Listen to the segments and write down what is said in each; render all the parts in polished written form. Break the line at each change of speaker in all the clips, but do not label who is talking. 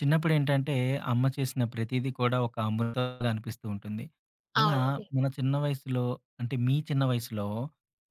చిన్నప్పుడేంటంటే, అమ్మ చేసిన ప్రతీది కూడా ఒక అమృతంలా అనిపిస్తూ ఉంటుంది. అలా
అవునండి.
మన చిన్న వయసులో అంటే, మీ చిన్న వయసులో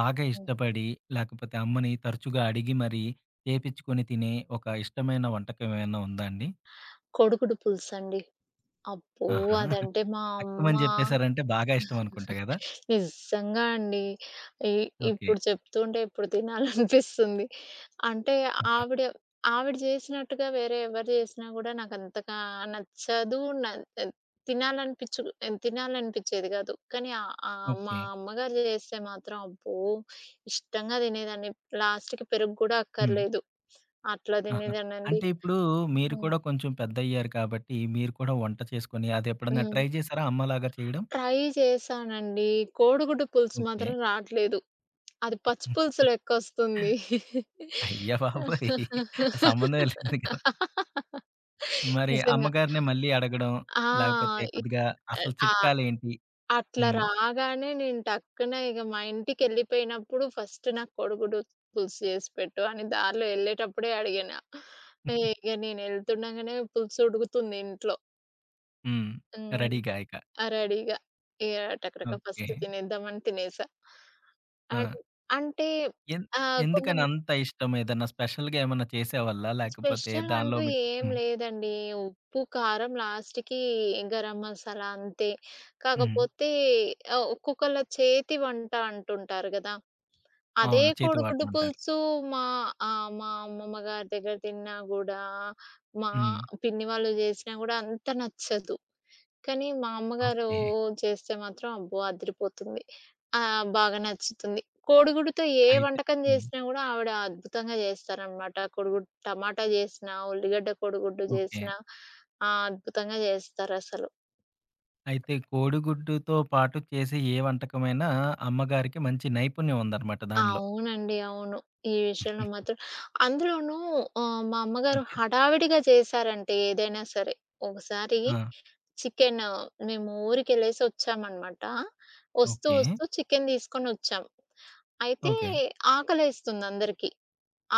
బాగా
హ్మ్.
ఇష్టపడి, లేకపోతే అమ్మని తరచుగా అడిగి మరీ చేపిచ్చుకొని తినే ఒక ఇష్టమైన వంటకం ఏమైనా ఉందా అండి?
కోడిగుడ్డు పులుసండి. అబ్బో!
ఆహా!
అదంటే మా అమ్మ.
తక్కువని చెప్పేసారంటే బాగా ఇష్టం అనుకుంటా గదా!
నిజంగా అండి. ఇ
ఓకే.
ఇప్పుడు చెప్తుంటే ఇప్పుడు తినాలనిపిస్తుంది. అంటే
ఆహా!
ఆవిడ ఆవిడ జేసినట్టుగా వేరే ఎవరు జేసినా గూడా నాకంతగా నచ్చదు. తినాలనిపించు తినాలనిపించేది గాదు. కానీ ఆహ్, ఆహ్, మా
ఓకే.
అమ్మగారు జేస్తే మాత్రం అబ్బో! ఇష్టంగా తినేదాన్ని. లాస్ట్‌కి పెరుగు గూడా
హ్మ్.
అక్కర్లేదు. అట్లా
ఆహా!
తినేదాన్నండి.
అంటే ఇప్పుడు మీరు
హ్మ్.
కూడా కొంచెం పెద్దయ్యారు కాబట్టి, మీరు కూడా వంట చేసుకొని అదెప్పుడన్నా
హ్మ్.
ట్రై చేసారా అమ్మలాగా చేయడం?
ట్రై చేశానండి. కోడిగుడ్డు పులుసు
ఓకే.
మాత్రం రాట్లేదు. అది పచ్చి పులుసు లెక్కొస్తుంది.
అయ్య బాబోయ్! ఆ సంబంధమే లేదు కదా! మరి
నిజంగా.
అమ్మగారినే మళ్ళీ అడగడం,
ఆ!
లేకపోతే
ఇ
కొద్దిగా అసలు
ఆ!
చిట్కాలేంటి?
అట్లా
హ్మ్.
రాగానే నేను టక్కున ఇగ మా ఇంటికెళ్ళిపోయినప్పుడు ఫస్ట్ నాకు కోడిగుడ్డు పులుసు చేసి పెట్టు అని దారిలో ఎళ్ళేటప్పుడే అడిగిన. ఇగ నేను ఎళ్తుండగానే పులుసు ఉడుకుతుంది ఇంట్లో.
హ్మ్.
హ్మ్.
రెడీగా ఇక.
రెడీగా. ఇగ టకటక
ఓకే.
ఫస్ట్ తినేద్దామని తినేసా.
ఆ!
అన్ అంటే
ఎన్
ఆహ్, కొంత
ఎందుకని అంత ఇష్టం? ఏదన్నా స్పెషల్‌గా ఏమన్నా చేసేవాళ్ళా? లేకపోతే
స్పెషల్
దానిలో
అంటూ
మీకు
ఏం
హ్మ్.
లేదండి. ఉప్పు, కారం లాస్ట్‌కి గరం మసాలా అంతే.
హ్మ్.
కాకపోతే ఒక్కొక్కళ్ళ చేతి వంట అంటుంటారు గదా! అదే
అవును. చేతివాటం
కోడిగుడ్డు
అంటారు.
పులుసు. మా మా అమ్మమ్మ గారి దగ్గర తిన్నా గూడా, మా
హ్మ్.
పిన్ని వాళ్ళు జేసినా గూడా అంత నచ్చదు. కానీ మా అమ్మగారు
ఓకే.
చేస్తే మాత్రం అబ్బో! అదిరిపోతుంది. బాగా నచ్చుతుంది. కోడిగుడ్డుతో ఏ
అయితే
వంటకం
హ్మ్.
చేసినా గూడా ఆవిడ అద్భుతంగా జేస్తారనమాట. కోడిగుడ్డు టమాటా జేసినా, ఉల్లిగడ్డ కోడిగుడ్డు
ఓకే.
జేసినా అద్భుతంగా జేస్తారసలు.
అయితే కోడిగుడ్డుతో పాటు చేసే ఏ వంటకమైనా అమ్మగారికి మంచి నైపుణ్యం ఉందన్నమాట దానిలో.
అవునండి. అవును. ఈ విషయంలో మాత్రం అందులోనూ మా అమ్మగారు
ఓకే.
హడావిడిగా చేశారంటే ఏదైనా సరే. ఒకసారి
ఆ!
చికెన్ మేము ఊరికెళ్ళేసి వచ్చామనమాట. వస్తూ,
ఓకే.
వస్తూ చికెన్ తీసుకొనొచ్చాం. అయితే
ఓకే.
ఆకలేస్తుంది అందరికీ.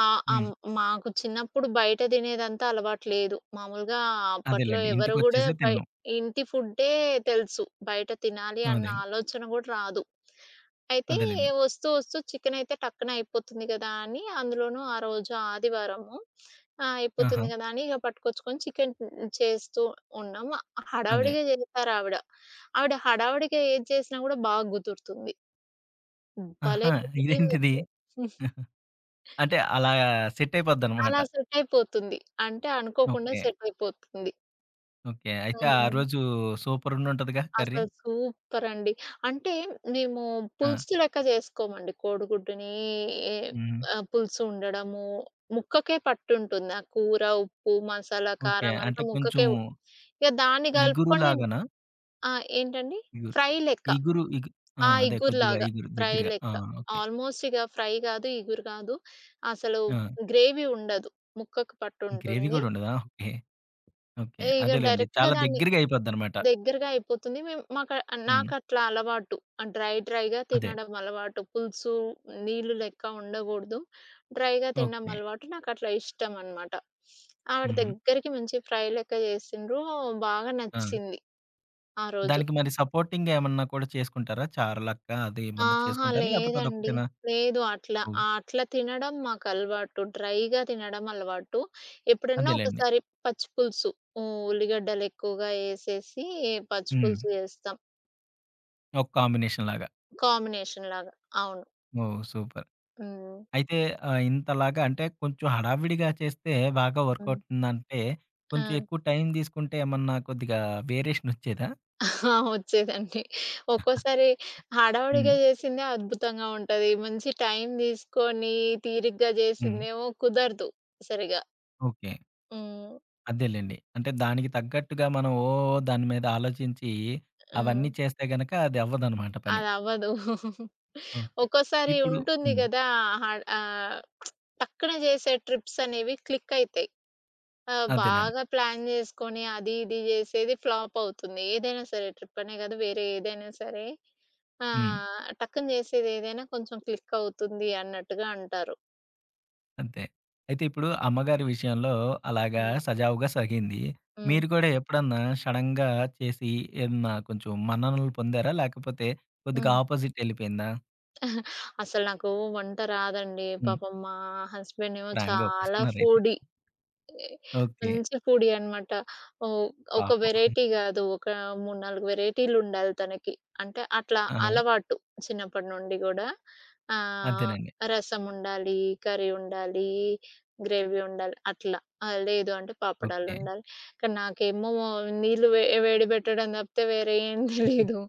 ఆ! అం
హ్మ్.
మాకు చిన్నప్పుడు బయట తినేదంతా అలవాటు లేదు. మామూలుగా అప్పట్లో
అదేలెండి.
ఎవరు గూడా
ఇంటికొచ్చేసే
బయ
తిన్నాం.
ఇంటి ఫుడ్డే తెలుసు. బయట తినాలి అన్న
అదే.
ఆలోచన గూడా రాదు. అయితే
అదేలెండి.
వస్తూ, వస్తూ చికెనయితే టక్కున అయిపోతుంది గదా అని, అందులోనూ ఆ రోజు ఆదివారము. ఆ!
ఆహా!
అయిపోతుంది గదా అని ఇగ పట్టుకొచ్చుకొని చికెన్ చేస్తూ ఉన్నాం.
అదే.
హడావిడిగా జేస్తారావిడ. ఆవిడ ఆవిడ హడావిడిగా ఏది చేసినా గూడా బాగా కుదురుతుంది. భలే
ఆహా! ఇదేంటిది?
కుదిరిందసలు.
అంటే అలా సెట్ అయిపోద్దనమాట.
అలా సెట్ అయిపోతుంది. అంటే అనుకోకుండా
ఓకే.
సెట్ అయిపోతుంది.
ఓకే. అయితే ఆ
హ్మ్.
రోజు సూపర్ ఉండుంటదిగా కర్రీ.
అసలు సూపర్ అండి. అంటే మేము
ఆ!
పులుసు లెక్క జేసుకోమండి. కోడిగుడ్డుని ఏ
హ్మ్.
పులుసు ఉండడము, ముక్కకే పట్టుంటుంది. ఆ కూర, ఉప్పు, మసాలా,
ఓకే.
కారం
అంటే
అంతా
కొంచెం
ముక్కకే. ఇక దాన్ని
ఇగురు
గలుపుకొని
లాగానా?
ఆ! ఏంటండి?
ఇగురు.
ఫ్రై లెక్క.
ఇగురు ఇగు ఆ!
ఆ!
అదే కొద్దిగా
ఇగురులాగా
ఇగురు
ఫ్రై
దగ్గరగా. ఆ!
లెక్క.
ఓకే.
ఆల్మోస్ట్ ఇక ఫ్రై గాదు, ఇగురు గాదు. అసలు
ఆ!
గ్రేవీ ఉండదు. ముక్కకు
గ్రేవీ
పట్టుంటుంది.
గూడా ఉండదా? ఓకే. ఓకే.
ఇగ
అదేలెండి.
డైరెక్ట్‌గా
చాలా
దాన్ని
దగ్గరగా అయిపోద్దనమాట.
దగ్గరగా అయిపోతుంది. మేము మాక
హ్మ్.
నాకట్లా అలవాటు. ఆహ్, డ్రై డ్రైగా
అదే.
తినడం అలవాటు. పులుసు నీళ్ళు లెక్క ఉండగూడదు. డ్రైగా తినడం
ఓకే.
అలవాటు. నాకట్లా ఇష్టమనమాట. ఆవిడ
హుహు.
దగ్గరికి మంచి ఫ్రై లెక్క చేసిండ్రు. బాగా
ఆ!
నచ్చింది ఆ రోజు.
దానికి మరి సపోర్టింగ్‌గా ఏమన్నా కూడా చేసుకుంటారా? చారులక్క అది ఏమన్నా
ఆహా!
చేసుకుంటారా? లేపోతే
లేదండి.
అదొక్కటేనా?
లేదు అట్లా.
ఓహ్!
అట్లా తినడం మాకలవాటు. డ్రైగా తినడం అలవాటు. ఎప్పుడన్నా
అదేలెండి.
ఒకసారి పచ్చి పులుసు ఉల్లిగడ్డలెక్కువగా ఏసేసి పచ్చి
హ్మ్.
పులుసు చేస్తాం,
ఒక కాంబినేషన్ లాగా.
కాంబినేషన్‌లాగా. అవును.
ఓహ్! సూపర్.
హ్మ్.
అయితే ఇంతలాగా అంటే కొంచెం హడావిడిగా చేస్తే బాగా వర్క్
హ్మ్.
అవుతుందంటే,
ఆ!
కొంచెం ఎక్కువ టైం తీసుకుంటే ఏమన్నా కొద్దిగా వేరియేషన్ వచ్చేదా?
ఆ! వచ్చేదండి. ఒక్కోసారి
హ్మ్.
హడావుడిగా చేసిందే అద్భుతంగా ఉంటది. మంచి టైం తీసుకొని తీరిగ్గా
హ్మ్.
చేసిందేమో కుదరదు సరిగా.
ఓకే.
హ్మ్.
అదేలెండి. అంటే దానికి తగ్గట్టుగా మనం ఓ దాని మీద ఆలోచించి
హ్మ్.
అవన్నీ చేస్తే గనక అది అవ్వదనమాట పని.
అదవ్వదు.
ఓకే.
ఒక్కోసారి
ఇప్పుడు
ఉంటుంది
హ్మ్.
కదా! హడ్ ఆహ్, టక్కున చేసే ట్రిప్స్ అనేవి క్లిక్ అయితాయి.
అదేనండి.
బాగా ప్లాన్ చేసుకొని అది ఇది చేసేది ఫ్లాప్ అవుతుంది. ఏదైనా సరే ట్రిప్ అనే కాదు వేరే ఏదైనా సరే. ఆ!
హ్మ్.
టక్కున చేసేదేదైనా కొంచెం క్లిక్ అవుతుంది అన్నట్టుగా అంటారు.
అంతే. అయితే ఇప్పుడు అమ్మగారి విషయంలో అలాగా
హ్మ్.
సజావుగా సాగింది.
హ్మ్.
మీరు కూడా ఎప్పుడన్నా సడెన్‌గా చేసి ఏమన్నా కొంచెం మన్ననలు పొందారా? లేకపోతే కొద్దిగా
హ్మ్.
ఆపోజిట్ ఎళ్ళిపోయిందా?
అసలు నాకు వంట రాదండి.
హ్మ్.
పాపం మా హస్బెండ్ ఏమో
ప్రాంక్‌గా
చాలా
ఒప్పేసుకున్నారయితే.
ఫుడీ.
ఓకే.
మంచి ఫుడీ అన్నమాట. ఓహ్! ఒక
పాపం.
వెరైటీ గాదు. ఒక 3, 4 వెరైటీలుండాలి తనకి. అంటే అట్లా
ఆ!
అలవాటు చిన్నప్పటి నుండి గూడా. ఆహ్,
అదేనండి.
రసముండాలి, కర్రీ ఉండాలి, గ్రేవీ ఉండాలి అట్లా. లేదు అంటే
ఓకే.
పాపడాలుండాలి. కానీ నాకేమో నీళ్ళు వేడి పెట్టడం తప్పితే వేరే ఏం తెలీదు.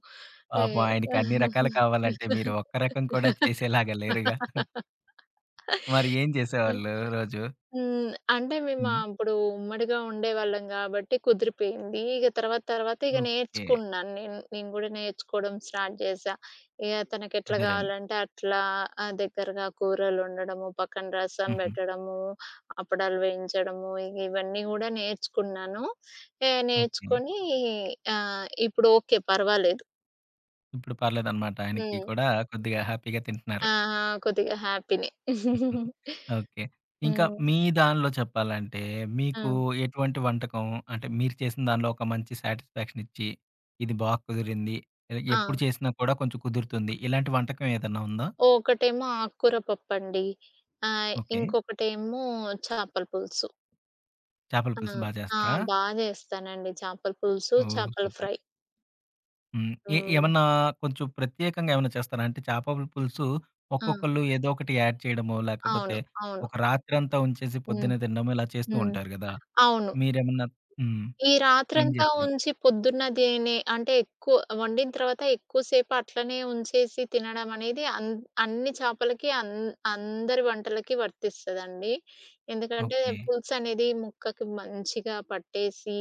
ఏ
పాపం ఆయనకి అన్ని రకాలు కావాలంటే మీరు ఒక్క రకం కూడా చేసేలాగా లేరుగా. మరి ఏం
హ్మ్.
చేసేవాళ్ళు రోజు?
హ్మ్. అంటే మేము
హ్మ్.
అప్పుడు ఉమ్మడిగా ఉండేవాళ్ళం గాబట్టి కుదిరిపోయింది. ఇగ తర్వాత తర్వాత ఇగ
ఓకే.
నేర్చుకున్నాను నేను. నేను గూడా నేర్చుకోవడం స్టార్ట్ చేశా. ఇగ తనకెట్లా
అదేలెండి.
కావాలంటే అట్లా దగ్గరగా కూరలొండడము, పక్కన రసం
హుహు.
పెట్టడము, అప్పడాలు వేయించడము ఇగ ఇవన్నీ గూడా నేర్చుకున్నాను.
ఓకే.
నేర్చుకొని ఇప్పుడు ఓకే. పర్వాలేదు.
ఇప్పుడు పర్లేదనమాట. ఆయనకి
హ్మ్.
కూడా కొద్దిగా హ్యాపీగా తింటున్నారు.
ఆ! కొద్దిగా హ్యాపీనే.
ఓకే. ఇంకా
హ్మ్.
మీ దానిలో చెప్పాలంటే,
ఆ!
మీకు ఎటువంటి వంటకం అంటే, మీరు చేసిన దానిలో ఒక మంచి సాటిస్ఫాక్షన్ ఇచ్చి, ఇది బా కుదిరింది. ఎప్పుడు
ఆ!
చేసినా కూడా కొంచెం కుదురుతుంది. ఇలాంటి వంటకం ఏదన్నా ఉందా?
ఒకటేమో ఆకుకూర పప్పండి.
ఓకే.
ఇంకొకటేమో చేపల పులుసు.
చేపల
ఆ!
పులుసు బా
ఆ!
చేస్తారా?
బా జేస్తానండి చేపల పులుసు,
ఓహ్!
చేపల
సూపర్.
ఫ్రై.
హ్మ్.
హ్మ్.
ఏమన్నా కొంచెం ప్రత్యేకంగా ఏమన్నా చేస్తారా? అంటే చేపల పులుసు
ఆ!
ఒక్కొక్కళ్ళు ఏదో ఒకటి యాడ్ చేయడమో, లేకపోతే
అవును. అవును.
ఒక రాత్రంతా ఉంచేసి
హ్మ్.
పొద్దున్నే తినడమో ఇలా చేస్తూ
హ్మ్.
ఉంటారు గదా!
అవును.
మీరేమన్నా హ్మ్.
ఈ
ఏం
రాత్రంతా
చేస్తారు?
ఉంచి పొద్దున్న దీని అంటే ఎక్కువ వండిన తర్వాత ఎక్కువ సేపు అట్లనే ఉంచేసి తినడం అనేది అన్ని చేపలకి అందరి వంటలకి వర్తిస్తదండి. ఎందుకంటే
ఓకే.
పులుసు అనేది ముక్కకి మంచిగా పట్టేసి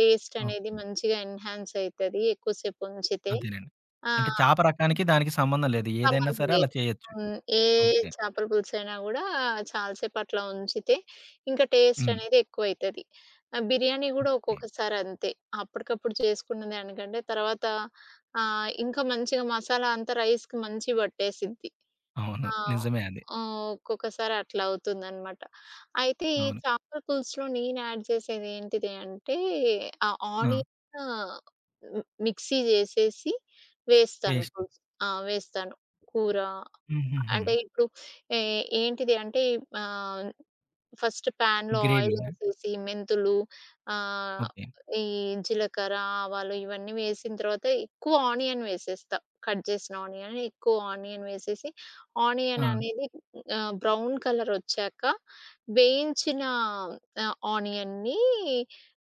టేస్ట్ అనేది
ఓకే.
మంచిగా ఎన్హాన్స్ అయితది ఎక్కువ సేపు ఉంచితే.
అంతేనండి.
ఆ!
అంటే చేప రకానికి దానికి సంబంధం లేదు. ఏదైనా
సంబంధం
సరే అలా
లేదు.
చేయొచ్చు.
హ్మ్.
ఓకే.
చేపల పులుసైనా గూడా చాలా సేపట్లా ఉంచితే ఇంకా టేస్ట్
హ్మ్.
అనేది ఎక్కువైతది. బిర్యానీ గూడా ఒక్కొక్కసారి అంతే. అప్పటికప్పుడు చేసుకున్న దానికంటే తర్వాత ఇంకా మంచిగా మసాలా అంతా రైస్‌కి మంచిగా పట్టేసిద్ది.
అవును.
ఆ!
నిజమే అది.
ఒక్కొక్కసారి అట్లా అవుతుందనమాట. అయితే ఈ
అవును.
చేపల పులుసులో నేను యాడ్ చేసేది ఏంటిది అంటే ఆ
ఆ!
ఆనియన్ మిక్సీ చేసేసి వేస్తాను
పేస్ట్.
పులుసు. ఆ! వేస్తాను. కూర
హుహుహు.
అంటే ఇప్పుడు ఏ ఏంటిది అంటే ఆహ్ ఫస్ట్ ప్యాన్‌లో ఆయిల్
గ్రేవీనా?
వేసేసి మెంతులు, ఆహ్,
ఓకే.
ఈ జీలకర్ర, ఆవాలు ఇవన్నీ వేసిన తర్వాత ఎక్కువ ఆనియన్ వేసేస్తా. కట్ చేసిన ఆనియన్ ఎక్కువ ఆనియన్ వేసేసి
ఆ!
ఆనియన్ అనేది బ్రౌన్ కలర్ వచ్చాక వేయించిన ఆనియన్‌ని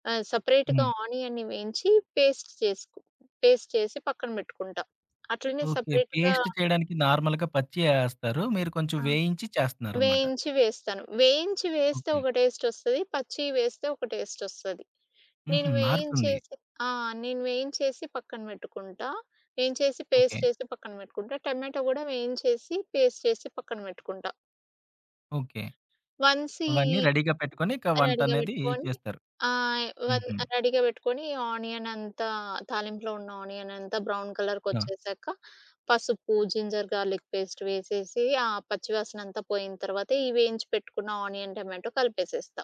సెపరేట్‌గా
హ్మ్.
ఆనియన్‌ని వేయించి పేస్ట్ చేసుకు పేస్ట్ చేసి పక్కన పెట్టుకుంటా. అట్లనే
ఓకే.
సెపరేట్‌గా
పేస్ట్ చేయడానికి నార్మల్‌గా పచ్చియే ఏస్తారు. మీరు కొంచెం
ఆ!
వేయించి చేస్తున్నారనమాట.
వేయించి వేస్తాను. వేయించి వేస్తే
ఓకే.
ఒక టేస్టొస్తది. పచ్చియి వేస్తే ఒక టేస్టొస్తది.
హుహు.
నేను
మారుతుంది.
వేయించేసి ఆ! నేను వేయించేసి పక్కన బెట్టుకుంటా. వేయించేసి
ఓకే.
పేస్ట్ చేసి పక్కన బెట్టుకుంటా. టమాటో గూడా వేయించేసి పేస్ట్ చేసి పక్కన బెట్టుకుంటా.
ఓకే.
వన్స్ ఈ
అవన్నీ రెడీగా పెట్టుకొని ఇక
రెడీగా
వంటనేది
పెట్టుకొని
చేస్తారు.
ఆహ్, వన్
హుహు.
రెడీగా పెట్టుకొని ఈ ఆనియన్ అంతా, తాలింపులో ఉన్న ఆనియన్ అంతా బ్రౌన్
ఆ!
కలర్‌కొచ్చేసాక, పసుపు, జింజర్ గార్లిక్ పేస్ట్ వేసేసి, ఆ పచ్చివాసన అంతా పోయిన తర్వాత, ఈ వేయించి పెట్టుకున్న ఆనియన్, టమాటో కలిపేసేస్తా.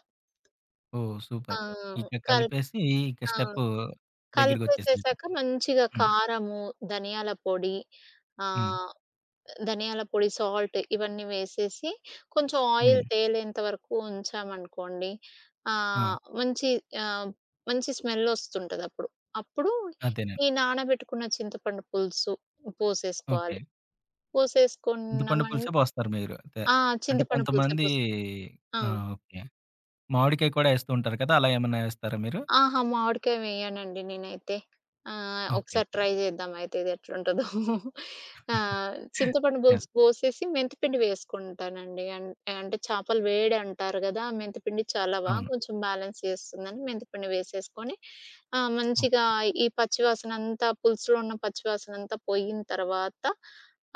ఓహ్!
ఆ!
సూపర్. ఇక
కల్
కలిపేసి ఇక
ఆ!
స్టెప్పు దగ్గరికొచ్చేసినట్టే.
కలిపేసేసాక మంచిగా
హ్మ్.
కారము, ధనియాల పొడి
హ్మ్.
ఆహ్, ధనియాల పొడి, సాల్ట్ ఇవన్నీ వేసేసి కొంచెం ఆయిల్
హ్మ్.
తేలేంత వరకు ఉంచామనుకోండి.
ఆ!
ఆహ్, మంచి ఆహ్, మంచి స్మెల్లొస్తుంటదప్పుడు. అప్పుడు
అదేనండి.
అప్పుడు ఈ నానబెట్టుకున్న చింతపండు పులుసు
ఓకే.
పోసేసుకోవాలి.
చింతపండు
పోసేసుకున్నామం
పులుసే పోస్తారు మీరు అయితే.
ఆ!
అంటే
చింతపండు పులుసే
కొంతమంది
పోస్ ఆ!
ఆ! ఓకే. మామిడికాయ కూడా ఏస్తూ ఉంటారు కదా! అలా ఏమన్నా ఏస్తారా మీరు?
ఆహా! మామిడికాయ వేయనండి నేనైతే.
ఓకే.
ఒకసారి
ఓకే.
ట్రై చేద్దాం అయితే ఇది ఎట్లుంటదో. ఆ! చింతపండు
యాహ్!
పులుసు పోసేసి మెంతిపిండి వేసుకుంటానండి. అంటే చేపలు వేడి అంటారు గదా! మెంతిపిండి చలవ
అవును.
కొంచెం బ్యాలెన్స్ చేస్తుందని మెంతిపిండి వేసేసుకొని మంచిగా
ఓకే.
ఈ పచ్చివాసన అంతా పులుసులో ఉన్న పచ్చివాసన అంతా పోయిన తర్వాత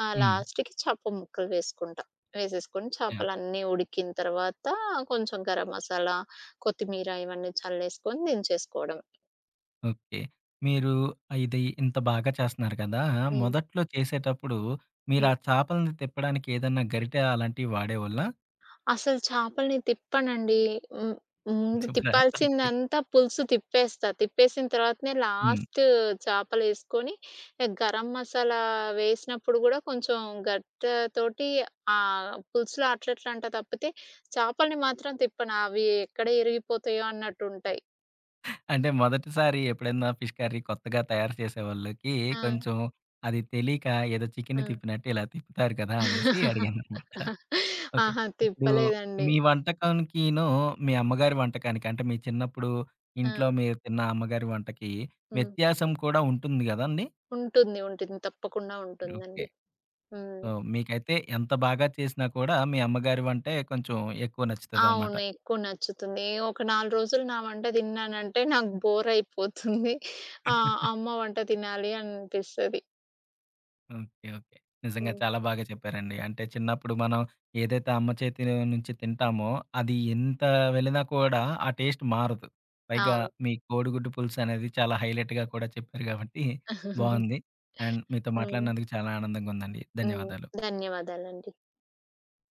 హ్మ్.
లాస్ట్‌కి చేప ముక్కలు వేసుకుంటా. వేసేసుకొని
యాహ్!
చేపలన్నీ ఉడికిన తర్వాత కొంచెం గరం మసాలా, కొత్తిమీర ఇవన్నీ చల్లేసుకొని దించేసుకోవడం.
ఓకే. మీరు ఇది ఇంత బాగా చేస్తున్నారు కదా!
హ్మ్.
మొదట్లో చేసేటప్పుడు మీరు
హ్మ్.
ఆ చేపలని తిప్పడానికి ఏదన్నా గరిటె అలాంటివి వాడేవాళ్ళా?
అసలు చేపల్ని తిప్పనండి. హ్మ్. ముందు
తిప్పరా? ఓకే.
తిప్పాల్సిందంతా పులుసు తిప్పేస్తా. తిప్పేసిన తర్వాతనే
హ్మ్.
లాస్ట్ చేపలేసుకొని గరం మసాలా వేసినప్పుడు గూడా కొంచెం గరిటెతోటి పులుసులో అట్లా ఇట్లా అంటా తప్పితే చేపల్ని మాత్రం తిప్పను. అవి ఎక్కడ ఇరిగిపోతాయో అన్నట్టుంటాయి.
అంటే మొదటిసారి ఎప్పుడైనా ఫిష్ కర్రీ కొత్తగా తయారు చేసే వాళ్ళకి
ఆ!
కొంచెం అది తెలియక ఏదో చికెన్
ఆ!
తిప్పినట్టు ఇలా తిప్పుతారు కదా అనేసి అడిగాననమాట. ఓకే.
ఆహా!
ఇప్పుడు
తిప్పలేదండి.
మీ వంటకానికిను, మీ అమ్మగారి వంటకానికి అంటే మీ చిన్నప్పుడు
ఆ!
ఇంట్లో మీరు తిన్న అమ్మగారి వంటకి
హ్మ్.
వ్యత్యాసం కూడా ఉంటుంది గదండీ!
ఉంటుంది. ఉంటుంది. తప్పకుండా
ఓకే.
ఉంటుందండి. హ్మ్.
సో, మీకైతే ఎంత బాగా చేసినా కూడా మీ అమ్మగారి వంటే కొంచెం ఎక్కువ నచ్చుతదనమాట.
అవును. ఎక్కువ నచ్చుతుంది. ఒక 4 రోజులు నా వంట తిన్నానంటే నాకు బోర్ అయిపోతుంది. ఆ! అమ్మ వంట తినాలి అనిపిస్తది.
ఓకే. ఓకే. నిజంగా
హ్మ్.
చాలా బాగా చెప్పారండి. అంటే చిన్నప్పుడు మనం ఏదైతే అమ్మ చేతి నుంచి తింటామో, అది ఎంత వెళ్ళినా కూడా ఆ టేస్ట్ మారదు. పైగా
అవును.
మీ కోడిగుడ్డు పులుసు అనేది చాలా హైలైట్‌గా కూడా చెప్పారు కాబట్టి బావుంది. అండ్ మీతో
హ్మ్.
మాట్లాడినందుకు చాలా ఆనందంగా ఉందండి.
హ్మ్.
ధన్యవాదాలు.
ధన్యవాదాలండి.